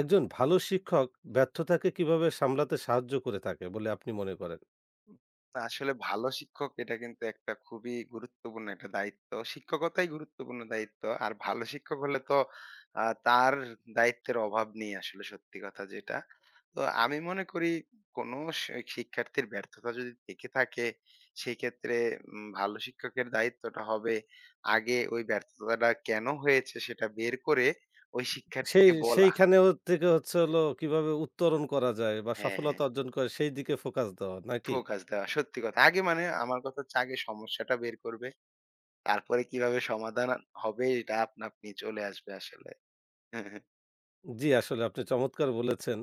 একজন ভালো শিক্ষক ব্যর্থতাকে কিভাবে সামলাতে সাহায্য করে থাকে বলে আপনি মনে করেন? না, আসলে ভালো শিক্ষক এটা কিন্তু একটা খুবই গুরুত্বপূর্ণ একটা দায়িত্ব। শিক্ষকতাই গুরুত্বপূর্ণ দায়িত্ব। আর ভালো শিক্ষক হলে তো তার দায়িত্বের অভাব নেই আসলে সত্যি কথা যেটা। তো আমি মনে করি কোনো শিক্ষার্থীর ব্যর্থতা যদি থেকে থাকে, সেক্ষেত্রে ভালো শিক্ষকের দায়িত্বটা হবে আগে ওই ব্যর্থতাটা কেন হয়েছে সেটা বের করে ওই সেই শিক্ষার্থীকে বলা। সেইখানেও থেকে হলো কিভাবে উত্তরণ করা যায় বা হ্যাঁ, সফলতা হ্যাঁ। অর্জন করে সেই দিকে ফোকাস দেওয়া নাকি? ফোকাস দেওয়া। সত্যি কথা। আগে মানে আমার কথা হচ্ছে আগে সমস্যাটা বের করবে। তারপরে কিভাবে সমাধান হবে এটা আপনা আপনি চলে আসবে আসলে। জি, আসলে আপনি চমৎকার বলেছেন।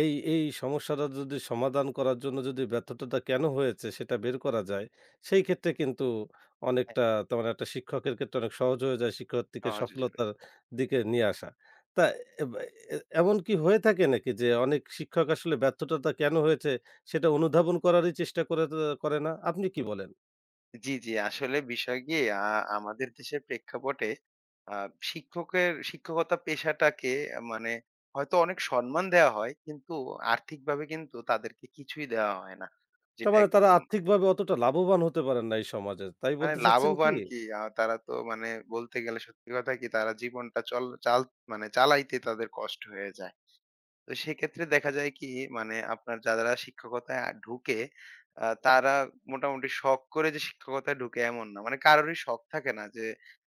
এই সমস্যাটা যদি সমাধান করার জন্য যদি ব্যর্থতাটা কেন হয়েছে সেটা বের করা যায়, সেই ক্ষেত্রে কিন্তু হ্যাঁ, অনেকটা তেমন একটা শিক্ষকের ক্ষেত্রে অনেক সহজ হয়ে যায় শিক্ষার্থীকে সহজ হয়ে যাবে। সফলতার দিকে নিয়ে আসা। তা এব এ এমন কি হয়ে থাকে নাকি যে অনেক শিক্ষক আসলে ব্যর্থতাটা কেন হয়েছে সেটা অনুধাবন করারই চেষ্টা করে না? আপনি কি বলেন? জি, জি। আসলে বিষয় কি আ আমাদের দেশের প্রেক্ষাপটে আ শিক্ষকের শিক্ষকতা পেশাটাকে মানে হয়তো অনেক সম্মান দেওয়া হয় কিন্তু আর্থিকভাবে কিন্তু তাদেরকে কিছুই দেওয়া হয় না। তার যেটা মানে তারা একদম আর্থিকভাবে অতটা লাভবান হতে পারেন না এই সমাজে। তাই মানে বলতে চাচ্ছেন কি? লাভবান কি তারা তো মানে বলতে গেলে সত্যি কথা কি তারা জীবনটা চল চাল মানে চালাইতে তাদের কষ্ট হয়ে যায়। তো সেক্ষেত্রে দেখা যায় কি মানে আপনার যারা শিক্ষকতায় ঢুকে তারা মোটামুটি শখ করে যে শিক্ষকতায় ঢুকে এমন না। মানে কারোরই শখ থাকে না যে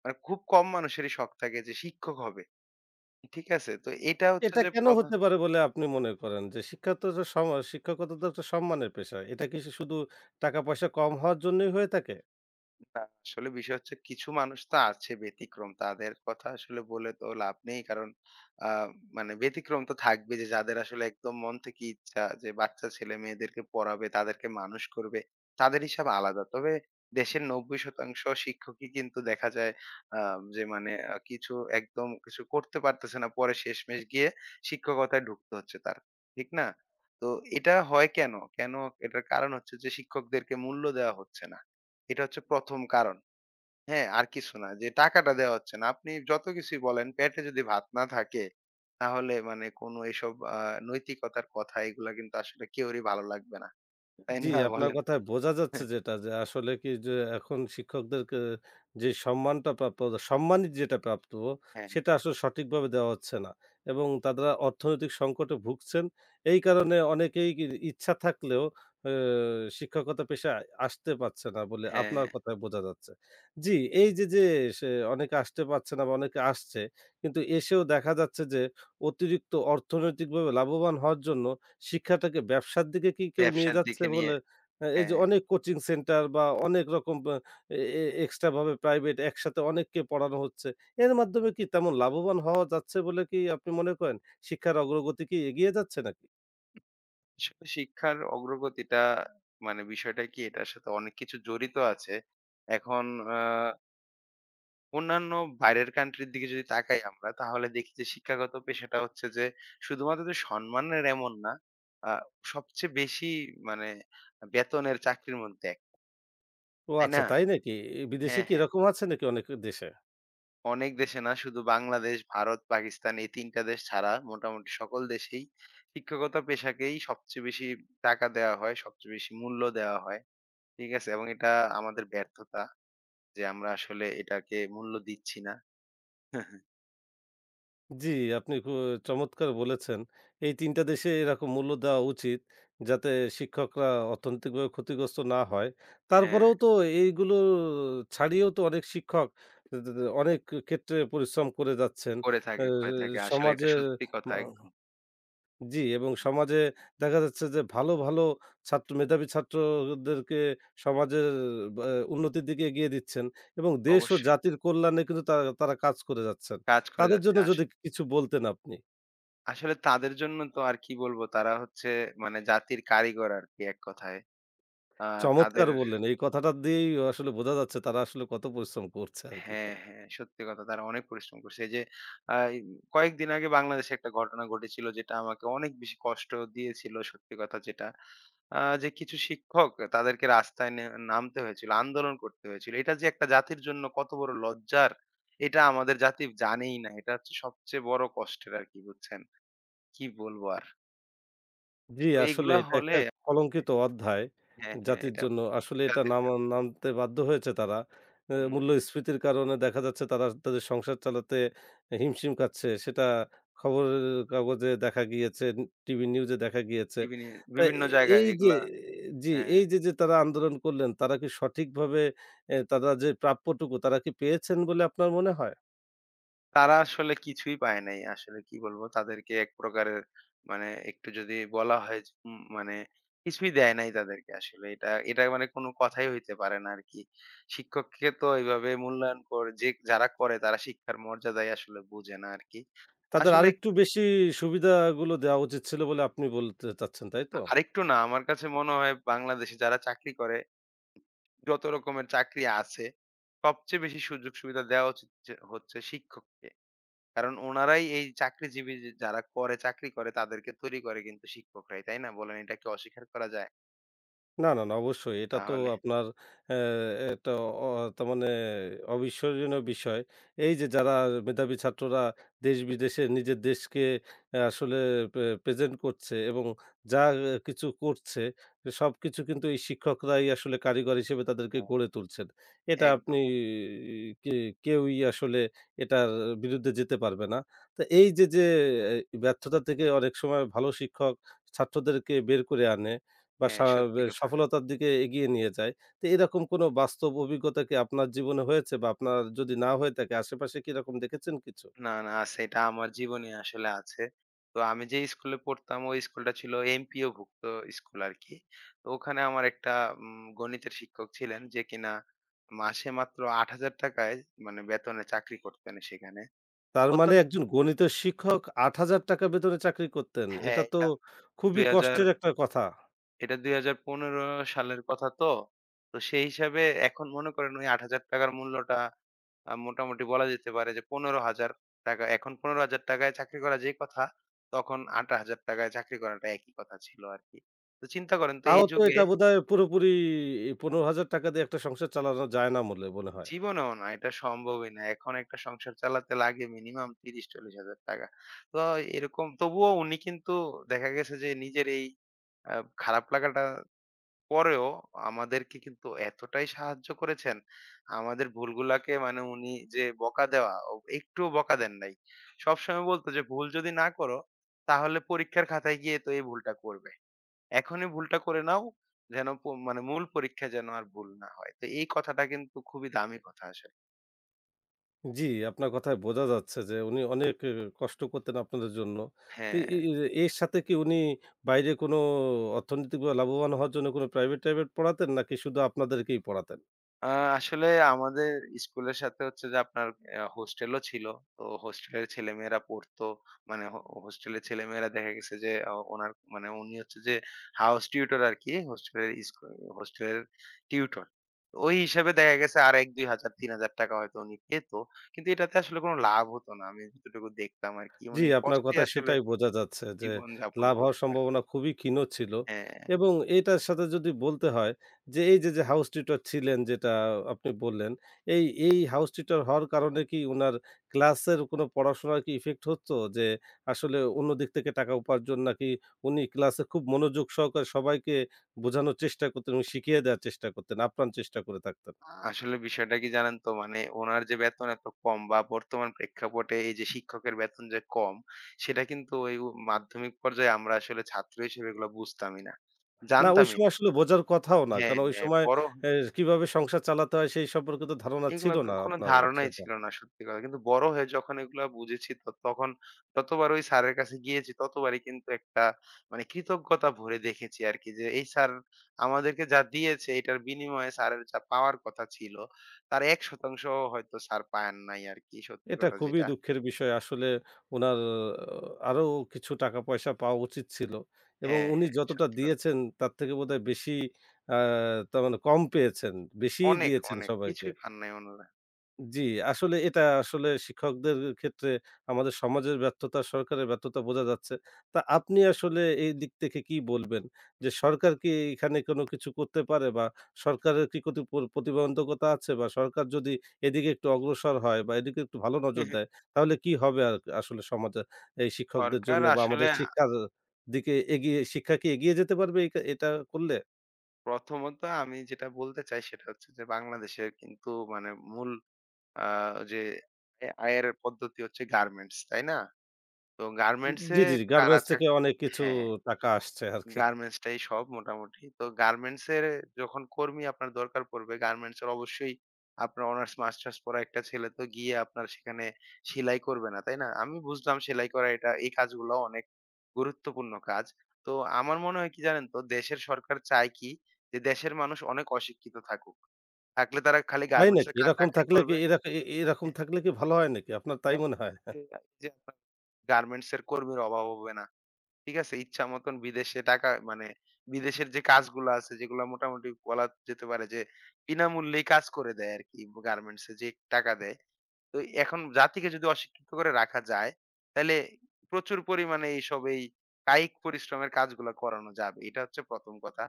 মানে খুব কম মানুষেরই শখ থাকে যে শিক্ষক হবে। ঠিক আছে? তো এটা হচ্ছে এটা যে কেন প্রধান। হতে পারে বলে আপনি মনে করেন? যে শিক্ষা তো যে শিক্ষকতা তো একটা সম্মানের পেশা। এটা কি শুধু টাকা পয়সা কম হওয়ার জন্যই হয়ে থাকে? না, আসলে বিষয় হচ্ছে কিছু মানুষ তো আছে ব্যতিক্রম। তাদের কথা আসলে বলে তো লাভ নেই। কারণ আ মানে ব্যতিক্রম তো থাকবে যে যাদের আসলে একদম মন থেকে ইচ্ছা যে বাচ্চা ছেলে-মেয়েদেরকে পড়াবে, তাদেরকে মানুষ করবে, তাদের হিসাব আলাদা। তবে দেশের ৯০% শিক্ষকই কিন্তু দেখা যায় আ যে মানে কিছু একদম কিছু করতে পারতেছে না। পরে শেষমেষ গিয়ে শিক্ষকতায় ঢুকতে হচ্ছে তার। ঠিক না? তো এটা হয় কেন? কেন এটার কারণ হচ্ছে যে শিক্ষকদেরকে মূল্য দেওয়া হচ্ছে না। এটা হচ্ছে ১ম কারণ। হ্যাঁ? আর কিছু না। যে টাকাটা দেয়া হচ্ছে না। আপনি যত কিছুই বলেন পেটে যদি ভাত না থাকে, তাহলে মানে কোন এসব নৈতিকতার কথা এগুলা কিন্তু আসলে কেউরই ভালো লাগবে না। তাই জি, না? আপনার বলেন? কথায় বোঝা যাচ্ছে হ্যাঁ, যেটা যে আসলে কি যে এখন শিক্ষকদেরকে যে সম্মানটা প্রাপ্য সম্মানিত যেটা প্রাপ্য হ্যাঁ। সেটা আসলে সঠিকভাবে দেওয়া হচ্ছে না এবং তারা অর্থনৈতিক সংকটে ভুগছেন। এই কারণে অনেকেই কি ইচ্ছা থাকলেও আ শিক্ষকতা পেশায় আসতে পারছে না বলে হ্যাঁ, আপনার কথায় বোঝা যাচ্ছে। জি, এই যে, যে সে অনেকে আসতে পারছে না বা অনেকে আসছে কিন্তু এসেও দেখা যাচ্ছে যে অতিরিক্ত অর্থনৈতিকভাবে লাভবান হওয়ার জন্য শিক্ষাটাকে ব্যবসার দিকে কি কেউ নিয়ে ব্যবসার যাচ্ছে দিকে নিয়ে বলে এই যে হ্যাঁ। অনেক কোচিং সেন্টার বা অনেক রকম বা এ এ এক্সট্রা ভাবে প্রাইভেট একসাথে অনেককে পড়ানো হচ্ছে। এর মাধ্যমে কি তেমন লাভবান হওয়া যাচ্ছে বলে কি আপনি মনে করেন? শিক্ষার অগ্রগতি কি এগিয়ে যাচ্ছে নাকি? আসলে শিক্ষার অগ্রগতিটা মানে বিষয়টা কি এটার সাথে অনেক কিছু জড়িত আছে। এখন আ অন্যান্য বাইরের কান্ট্রির দিকে যদি তাকাই আমরা তাহলে দেখি যে শিক্ষাগত পেশাটা হচ্ছে যে শুধুমাত্র যে সম্মানের এমন না, আ সবচেয়ে বেশি মানে বেতনের চাকরির মধ্যে এক, ও তাই আচ্ছা না? তাই নাকি? বিদেশে হ্যাঁ, কি হ্যাঁ। এরকম আছে নাকি অনেক দেশে? অনেক দেশে না শুধু বাংলাদেশ, ভারত, পাকিস্তান এই ৩ টা দেশ ছাড়া মোটামুটি সকল দেশেই শিক্ষকত পেশাকেই সবচেয়ে বেশি টাকা দেওয়া হয়, সবচেয়ে বেশি মূল্য দেওয়া হয়। ঠিক আছে? এবং এটা আমাদের ব্যর্থতা যে আমরা আসলে এটাকে মূল্য দিচ্ছি না। জি, আপনি চমৎকার বলেছেন। এই ৩ টা দেশে এরকম মূল্য দেওয়া উচিত, যাতে শিক্ষকরা অর্থনৈতিকভাবে ক্ষতিগ্রস্ত না হয়। হ্যাঁ। তারপরেও তো এইগুলো ছাড়িয়েও তো অনেক শিক্ষক দে দে দে অনেক ক্ষেত্রে পরিশ্রম করে যাচ্ছেন। করে অ্যা থাকে করে থাকে। আসলে এটা সমাজের সত্যি কথা মা একদম। জি, এবং সমাজে দেখা যাচ্ছে যে ভালো, ভালো ছাত্র মেধাবী ছাত্রদেরকে সমাজের বা উন্নতির দিকে এগিয়ে দিচ্ছেন এবং দেশ ও অবশ্যই জাতির কল্যাণে কিন্তু তারা তারা কাজ করে যাচ্ছেন। কাজ করে তাদের যাচ্ছে জন্য আস যদি কিছু বলতেন আপনি? আসলে তাদের জন্য তো আর কি বলবো তারা হচ্ছে মানে জাতির কারিগর আরকি এক কথায়। আ চমৎকার তাদের বললেন। এই কথাটা দিয়েই আসলে বোঝা যাচ্ছে তারা আসলে কত পরিশ্রম করছে আরকি। হ্যাঁ, হ্যাঁ। সত্যি কথা তারা অনেক পরিশ্রম করছে। এই যে এই কয়েকদিন আগে বাংলাদেশে একটা ঘটনা ঘটেছিল যেটা আমাকে অনেক বেশি কষ্ট দিয়েছিল সত্যি কথা যেটা। যে কিছু শিক্ষক তাদেরকে রাস্তায় নামতে হয়েছিল, আন্দোলন করতে হয়েছিল। এটা যে একটা জাতির জন্য কত বড় লজ্জার এটা আমাদের জাতি জানেই না। এটা হচ্ছে সবচেয়ে বড় কষ্টের আরকি, বুঝছেন? কি বলবো আর? জি, তো আসলে এইগুলা এটা হলে একটা হ্যাঁ, কলঙ্কিত অধ্যায় হ্যাঁ, হ্যাঁ জাতির এটা জন্য। আসলে এটা জাতির জন্য। নামতে বাধ্য হয়েছে তারা। হুম। মূল্যস্ফীতির কারণে দেখা যাচ্ছে তারা তাদের সংসার চালাতে হিমশিম খাচ্ছে। সেটা খবরের কাগজে দেখা গিয়েছে, টিভি নিউজে দেখা গিয়েছে। বিভিনি তা বিভিন্ন জায়গায় এই যে এগুলা জি, হ্যাঁ। এই যে, যে তারা আন্দোলন করলেন, তারা কি সঠিকভাবে তারা যে প্রাপ্যটুকু তারা কি পেয়েছেন বলে আপনার মনে হয়? তারা আসলে কিছুই পায় নাই। আসলে কি বলবো? তাদেরকে এক প্রকারের মানে একটু যদি বলা হয় যে মানে কিছুই দেয় নাই তাদেরকে আসলে। এটা এটা মানে কোনো কথাই হইতে পারে না আরকি। শিক্ষককে তো এভাবে মূল্যায়ন করে যে যারা করে তারা শিক্ষার মর্যাদাই আসলে বুঝে না আরকি। তাদের আসলে আরেকটু কি বেশি সুবিধাগুলো দেওয়া উচিত ছিল বলে আপনি বলতে চাচ্ছেন, তাই তো? আরেকটু না আমার কাছে মনে হয় বাংলাদেশে যারা চাকরি করে যত রকমের চাকরি আছে সবচেয়ে বেশি সুযোগ সুবিধা দেওয়া উচিত যে হচ্ছে শিক্ষককে। কারণ ওনারাই এই চাকরিজীবী যে যারা করে চাকরি করে তাদেরকে তৈরি করে কিন্তু শিক্ষকরাই, তাই না? বলেন এটা কি অস্বীকার করা যায়? না, না, না অবশ্যই। এটা তো তাহলে আপনার অ্যা এটা অ তার মানে অবিস্মরণীয় বিষয়। এই যে যারা মেধাবী ছাত্ররা দেশ-বিদেশে নিজের দেশকে আসলে প্রেজেন্ট করছে এবং যা কিছু করছে সবকিছু কিন্তু এই শিক্ষকরাই আসলে কারিগর হিসেবে তাদেরকে হ্যাঁ। গড়ে তুলছেন। এটা আপনি একদম। আহ, কেউই আসলে এটার বিরুদ্ধে যেতে পারবে না। তো এই যে, যে, আহ, ব্যর্থতা থেকে অনেক সময় ভালো শিক্ষক ছাত্রদেরকে বের করে আনে বা হ্যাঁ, সত্যি কথা। সফলতার দিকে এগিয়ে নিয়ে যায়। তো এরকম কোনো বাস্তব অভিজ্ঞতা কি আপনার জীবনে হয়েছে? বা আপনার যদি না হয়ে থাকে আশেপাশে কি এরকম দেখেছেন কিছু? না, না আছে এটা আমার জীবনে আসলে আছে। তো আমি যে স্কুলে পড়তাম ওই স্কুলটা ছিল এমপিওভুক্ত স্কুল আরকি। তো ওখানে আমার একটা গণিতের শিক্ষক ছিলেন যে কিনা মাসে মাত্র ৳৮,০০০ য় মানে বেতনে চাকরি করতেন সেখানে। তার মানে অত্যন্ত একজন গণিতের শিক্ষক ৳৮,০০০ বেতনে চাকরি করতেন। এটা হ্যাঁ, তো এটা খুবই ২হাজার কষ্টের একটা কথা। এটা ২০১৫ সালের কথা তো। তো সেই হিসাবে এখন মনে করেন ওই ৳৮,০০০ মূল্যটা মোটামুটি বলা যেতে পারে যে ৳১৫,০০০ এখন ৳১৫,০০০ য় চাকরি করা যে কথা, তখন ৳৮,০০০ য় চাকরি করাটা একই কথা ছিল আরকি। তো চিন্তা করেন তো তাও এই তো যুগে এটা বোধহয় পুরোপুরি ৳15,000 দিয়ে একটা সংসার চালানো যায় না বলে মনে হয়। জীবনেও না এটা সম্ভবই না। এখন একটা সংসার চালাতে লাগে মিনিমাম ৳৩০,০০০-৳৪০,০০০। তো এরকম তবুও উনি কিন্তু দেখা গেছে যে নিজের এই আ খারাপ লাগাটা পরেও আমাদেরকে কিন্তু এতটাই সাহায্য করেছেন, আমাদের ভুলগুলাকে মানে উনি যে বকা দেওয়া, একটুও বকা দেন নাই। সবসময় বলতো যে, "ভুল যদি না করো, তাহলে পরীক্ষার খাতায় গিয়ে তো এই ভুলটা করবে। এখনই ভুলটা করে নাও, যেন মানে মূল পরীক্ষায় যেন আর ভুল না হয়।" তো এই কথাটা কিন্তু খুবই দামি কথা আসলে। জি, আপনার কথায় বোঝা যাচ্ছে যে উনি অনেক কষ্ট করতেন আপনাদের জন্য। তো হ্যাঁ। এ এ এর সাথে কি উনি বাইরে কোনো অর্থনৈতিকভাবে লাভবান হওয়ার জন্য কোনো প্রাইভেট-টাইভেট পড়াতেন নাকি শুধু আপনাদেরকেই পড়াতেন? আ আসলে আমাদের স্কুলের সাথে হচ্ছে যে আপনার অ্যা হোস্টেলও ছিল। তো হোস্টেলের ছেলেমেয়েরা পড়তো। মানে হোস্টেলের ছেলেমেয়েরা দেখা গেছে যে ওনার মানে উনি হচ্ছে যে হাউস টিউটর আরকি। হোস্টেলের টিউটর। ওই হিসাবে দেখা গেছে আর ১-২ হাজার, ৩,০০০ হয়তো উনি পেত। কিন্তু এটাতে আসলে কোনো লাভ হতো না। আমি যতটুকু দেখতাম আরকি। জি, উনি আপনার কষ্টে কথায় আসলে সেটাই বোঝা যাচ্ছে যে জীবনযাপন লাভ হওয়ার করতো আর কি। সম্ভাবনা খুবই ক্ষীণ ছিল হ্যাঁ। এবং এটার সাথে যদি বলতে হয় যে এই যে, যে হাউস টিউটর ছিলেন যেটা আপনি বললেন, এই হাউস টিউটর হওয়ার কারণে কি উনার ক্লাসের কোনো পড়াশোনার কি ইফেক্ট হতো? যে আসলে অন্য দিক থেকে টাকা উপার্জন নাকি উনি ক্লাসে খুব মনোযোগ সহকারে সবাইকে বোঝানোর চেষ্টা করতেন এবং শিখিয়ে দেওয়ার চেষ্টা করতেন, আপ্রাণ চেষ্টা করে থাকতেন? আসলে বিষয়টা কি জানেন তো মানে ওনার যে বেতন এত কম বা বর্তমান প্রেক্ষাপটে এই যে শিক্ষকের বেতন যে কম সেটা কিন্তু ওই মাধ্যমিক পর্যায়ে আমরা আসলে ছাত্র হিসেবে এগুলো বুঝতামই না না, ওই জানতামই সময় না। আসলে বোঝার কথাও না। হ্যাঁ কারণ ওই হ্যাঁ। সময় এ কিভাবে সংসার চালাতে হয় সেই সম্পর্কে তো ধারণা ছিল এগুলা তো না কোনো আপনার ধারণাই সেটা। ছিল না সত্যি কথা। কিন্তু বড় হয়ে যখন এগুলা বুঝেছি তখন যতবার ওই স্যারের কাছে গিয়েছি ততবারই কিন্তু একটা মানে কৃতজ্ঞতা ভরে দেখেছি আরকি যে এই স্যার আমাদেরকে যা দিয়েছে এটার বিনিময়ে স্যারের যা পাওয়ার কথা ছিল তার ১% হয়তো স্যার পান নাই আরকি সত্যি এটা কথা খুবই যেটা। দুঃখের বিষয়। আসলে উনার আরো কিছু টাকা পয়সা পাওয়া উচিত ছিল। এবং হ্যাঁ, উনি হ্যাঁ যতটা সত্যি কথা। দিয়েছেন তার থেকে বোধহয় বেশি আ তার মানে কম পেয়েছেন। বেশিই অনেক, দিয়েছেন অনেক সবাইকে। কিছুই পান নাই ওনারা। জি, আসলে এটা আসলে শিক্ষকদের ক্ষেত্রে আমাদের সমাজের ব্যর্থতা, সরকারের ব্যর্থতা বোঝা যাচ্ছে। তা আপনি আসলে এই দিক থেকে কি বলবেন? যে সরকার কি এখানে কোনো কিছু করতে পারে বা সরকারের কি কতি প্র প্রতিবন্ধকতা আছে বা সরকার যদি এদিকে একটু অগ্রসর হয় বা এদিকে একটু ভালো নজর দেয়, তাহলে কি হবে আর আসলে সমাজে এই শিক্ষকদের সরকার জন্য বা আমাদের আসলে শিক্ষার দিকে এগিয়ে শিক্ষা কি এগিয়ে যেতে পারবে এই এটা করলে? প্রথমত আমি যেটা বলতে চাই সেটা হচ্ছে যে বাংলাদেশের কিন্তু মানে মূল আ যে আয়ের পদ্ধতি হচ্ছে গার্মেন্টস, তাই না? তো উ গার্মেন্টস এ জি, জি, জি। কারা গার্মেন্টস চাক থেকে অনেক কিছু হ্যাঁ, টাকা আসছে আরকি। গার্মেন্টস টাই সব মোটামুটি। তো গার্মেন্টস এর যখন কর্মী আপনার দরকার পড়বে, গার্মেন্টস এর অবশ্যই আপনার অনার্স মাস্টার্স পড়া একটা ছেলে তো গিয়ে আপনার সেখানে সেলাই করবে না, তাই না? আমি বুঝলাম সেলাই করা এটা এই কাজগুলো অনেক গুরুত্বপূর্ণ কাজ। তো আমার মনে হয় কি জানেন তো দেশের সরকার চায় কি যে দেশের মানুষ অনেক অশিক্ষিত থাকুক। থাকলে তারা খালি তাই গার্মেন্টস নাকি? এর কা এরকম চাকরি থাকলে কি করবে। এরা এ এরকম থাকলে কি ভালো হয় নাকি? আপনার তাই হ্যাঁ, মনে হয়? এই যে আপনার গার্মেন্টস এর কর্মীর অভাব হবে না। ঠিক আছে? ইচ্ছা মতন বিদেশে টাকা মানে বিদেশের যে কাজগুলো আছে যেগুলো মোটামুটি বলা যেতে পারে যে বিনামূল্যেই কাজ করে দেয় আরকি গার্মেন্টস এ যে টাকা দেয়। তো এখন জাতিকে যদি অশিক্ষিত করে রাখা যায়, তাইলে প্রচুর পরিমাণে এইসব এই কায়িক পরিশ্রমের কাজগুলা করানো যাবে। এটা হচ্ছে ১ম কথা।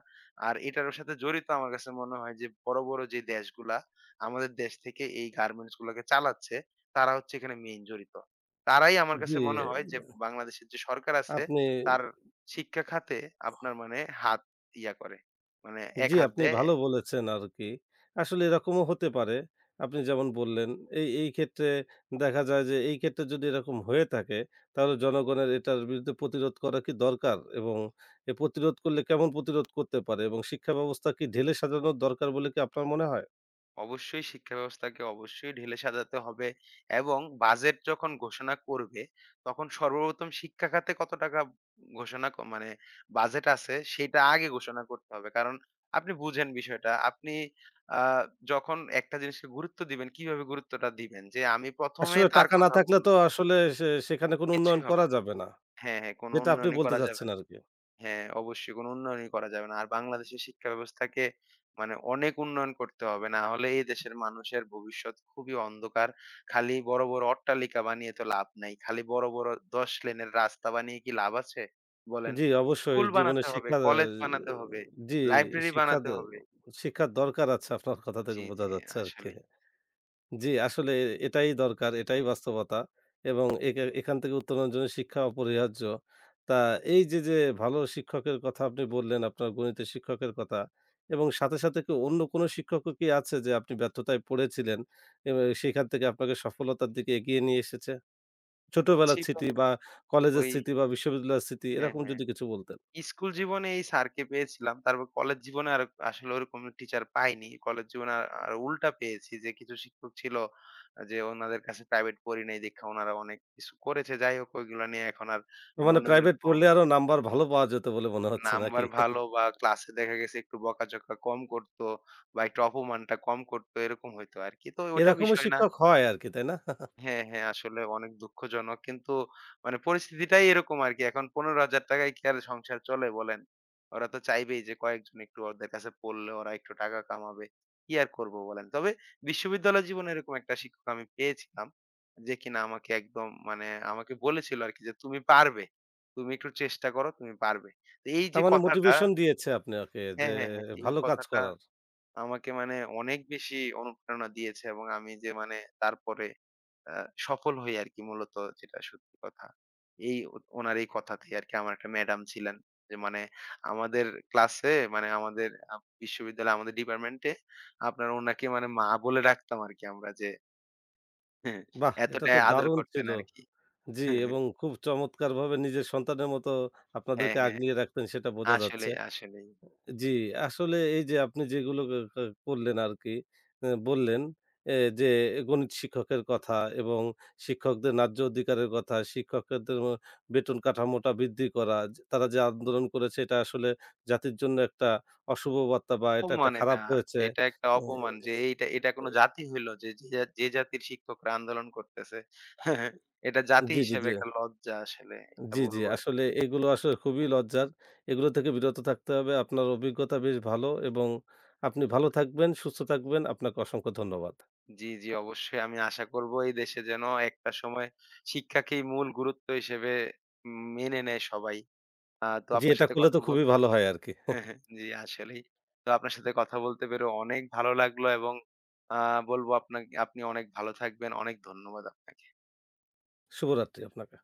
আর এটার সাথে জড়িত আমার কাছে মনে হয় যে বড়, বড় যে দেশগুলা আমাদের দেশ থেকে এই গার্মেন্টস গুলাকে চালাচ্ছে, তারা হচ্ছে এখানে মেইন জড়িত। তারাই আমার জি, কাছে মনে হয় যে বাংলাদেশের যে সরকার আছে, আপনি তার শিক্ষা খাতে আপনার মানে হাত ইয়া করে। মানে এক জি, হাত আপনি দেয়। ভালো বলেছেন আরকি। আসলে এরকমও হতে পারে। আপনি যেমন বললেন, এই ক্ষেত্রে দেখা যায় যে এই ক্ষেত্রে যদি এরকম হয়ে থাকে তাহলে জনগণের এটার বিরুদ্ধে প্রতিরোধ করা কি দরকার? এবং প্রতিরোধ করলে কেমন প্রতিরোধ করতে পারে? এবং শিক্ষা ব্যবস্থা কি ঢেলে সাজানোর দরকার বলে কি আপনার মনে হয়? অবশ্যই শিক্ষা ব্যবস্থাকে অবশ্যই ঢেলে সাজাতে হবে এবং বাজেট যখন ঘোষণা করবে, তখন সর্বপ্রথম শিক্ষা খাতে কত টাকা ঘোষণা ক মানে বাজেট আছে সেটা আগে ঘোষণা করতে হবে। কারণ আপনি বুঝেন বিষয়টা। আপনি আ যখন একটা জিনিসকে গুরুত্ব দিবেন, কিভাবে গুরুত্বটা দিবেন? যে আমি ১ম এ আসলে তার টাকা না কথা থাকলে তো বললাম। আসলে সেখানে কোনো উন্নয়ন কিছুই হবে করা না। যাবে না। হ্যাঁ, হ্যাঁ, কোনো যেটা আপনি উন্নয়নই বলতে করা যাবে চাচ্ছেন না। আরকি। হ্যাঁ, অবশ্যই কোনো উন্নয়নই করা যাবে না। আর বাংলাদেশের শিক্ষা ব্যবস্থাকে মানে অনেক উন্নয়ন করতে হবে। না হলে এই দেশের মানুষের ভবিষ্যৎ খুবই অন্ধকার। খালি বড়, বড় অট্টালিকা বানিয়ে তো লাভ নাই। খালি বড়, বড় ১০ লেনের রাস্তা বানিয়ে কি লাভ আছে? বলেন। জি, অবশ্যই স্কুল জীবনে বানাতে হবে, শিক্ষা কলেজ বানাতে হবে, জি, লাইব্রেরি শিক্ষা বানাতে দ হবে। শিক্ষার দরকার আছে আপনার কথা থেকে জি, বোঝা জি যাচ্ছে আরকি। আসলেই। জি, আসলে এটাই দরকার, এটাই বাস্তবতা এবং একে এখান থেকে উত্তরণের জন্য শিক্ষা অপরিহার্য। তা এই যে, যে ভালো শিক্ষকের কথা আপনি বললেন, আপনার গণিতের শিক্ষকের কথা এবং সাথে, সাথে কি অন্য কোনো শিক্ষকও কি আছে যে আপনি ব্যর্থতায় পড়েছিলেন এবং সেখান থেকে আপনাকে সফলতার দিকে এগিয়ে নিয়ে এসেছে? ছোটবেলার ছিল স্মৃতি বা কলেজের ওই স্মৃতি বা বিশ্ববিদ্যালয়ের স্মৃতি হ্যাঁ, এরকম হ্যাঁ। যদি কিছু বলতেন? স্কুল জীবনে এই স্যারকে পেয়েছিলাম। তারপর কলেজ জীবনে আর আসলে ওরকম টিচার পাইনি। কলেজ জীবনে আর উল্টা পেয়েছি যে কিছু শিক্ষক ছিল যে ওনাদের কাছে প্রাইভেট পড়ি নাই দেইখা ওনারা অনেক কিছু করেছে। যাই হোক ওইগুলা নিয়ে এখন আর মানে মনে প্রাইভেট ওইরকম পড়লে আরো নাম্বার ভালো পাওয়া যেত বলে মনে হচ্ছে নাকি? নাম্বার ভালো বা ক্লাসে দেখা গেছে একটু বকাঝকা কম করতো বা একটু অপমানটা কম করতো এরকম হইতো আরকি। তো ওটা এরকমও বিষয় না। শিক্ষক হয় আরকি, তাই না? হ্যাঁ, হ্যাঁ, আসলে অনেক দুঃখজনক। কিন্তু মানে পরিস্থিতিটাই এরকম আরকি। এখন ৳১৫,০০০ কি আর সংসার চলে বলেন? ওরা তো চাইবেই যে কয়েকজন একটু ওদের কাছে পড়লে ওরা একটু টাকা কামাবে। কি আর করব বলেন? তবে বিশ্ববিদ্যালয় জীবনে এরকম একটা শিক্ষক আমি পেয়েছিলাম, যে কিনা আমাকে একদম মানে আমাকে বলেছিল আরকি যে, "তুমি পারবে। তুমি একটু চেষ্টা করো, তুমি পারবে।" তো এই তার যে মানে কথাটা মোটিভেশন দিয়েছে আপনি ওকে যে হ্যাঁ, হ্যাঁ, হ্যাঁ, এই ভালো কাজ কথাটা করার। আমাকে মানে অনেক বেশি অনুপ্রেরণা দিয়েছে এবং আমি যে মানে তারপরে আ সফল হই আরকি মূলত যেটা সত্যি কথা। এই ওনার এই কথাতেই আরকি আমার একটা ম্যাডাম ছিলেন। যে মানে আমাদের ক্লাসে মানে আমাদের বিশ্ববিদ্যালয়ে আমাদের ডিপার্টমেন্টে আপনার ওনাকে মানে মা বলে ডাকতাম আরকি আমরা যে বাহ! এটা তো এতটাই আদর দারুণ করতেন ছিল। আরকি। জি, এবং খুব চমৎকারভাবে নিজের সন্তানের মতো হ্যাঁ, আপনাদেরকে হ্যাঁ। আগলিয়ে রাখতেন সেটা বোঝা যাচ্ছে। আসলেই, আসলেই। জি, আসলে এই যে আপনি যেগুলো ক ক করলেন আরকি, বললেন এ যে গণিত শিক্ষকের কথা এবং শিক্ষকদের ন্যায্য অধিকারের কথা, শিক্ষকদের ও বেতন কাঠামোটা বৃদ্ধি করা। যে তারা যে আন্দোলন করেছে এটা আসলে জাতির জন্য একটা অশুভ বার্তা বা এটা একটা অপমান খারাপ এটা। হয়েছে। এটা একটা ও অপমান যে এটা কোন জাতি হইলো যে জাতির শিক্ষকরা আন্দোলন করতেছে। এটা জাতি জি, জি, হিসেবে জি, একটা লজ্জা আসলে। এটা জি, জি, বলবো আরকি। আসলে এগুলো আসলে খুবই লজ্জার। এগুলো থেকে বিরত থাকতে হবে। আপনার অভিজ্ঞতা বেশ ভালো এবং আপনি ভালো থাকবেন, সুস্থ থাকবেন। আপনাকে অসংখ্য ধন্যবাদ। জি, জি, অবশ্যই আমি আশা করব এই দেশে যেন একটা সময় শিক্ষাকেই মূল গুরুত্ব হিসেবে মেনে নেয় সবাই। তো জি, আপনার এটা সাথে করলে কথা তো হ্যাঁ, খুবই হ্যাঁ, ভালো হয় আরকি। জি, আসলেই। তো আপনার সাথে কথা বলতে পেরে অনেক ভালো লাগলো এবং আ বলব আপনাকে আপনি অনেক ভালো থাকবেন। অনেক ধন্যবাদ আপনাকে। শুভরাত্রি আপনাকে।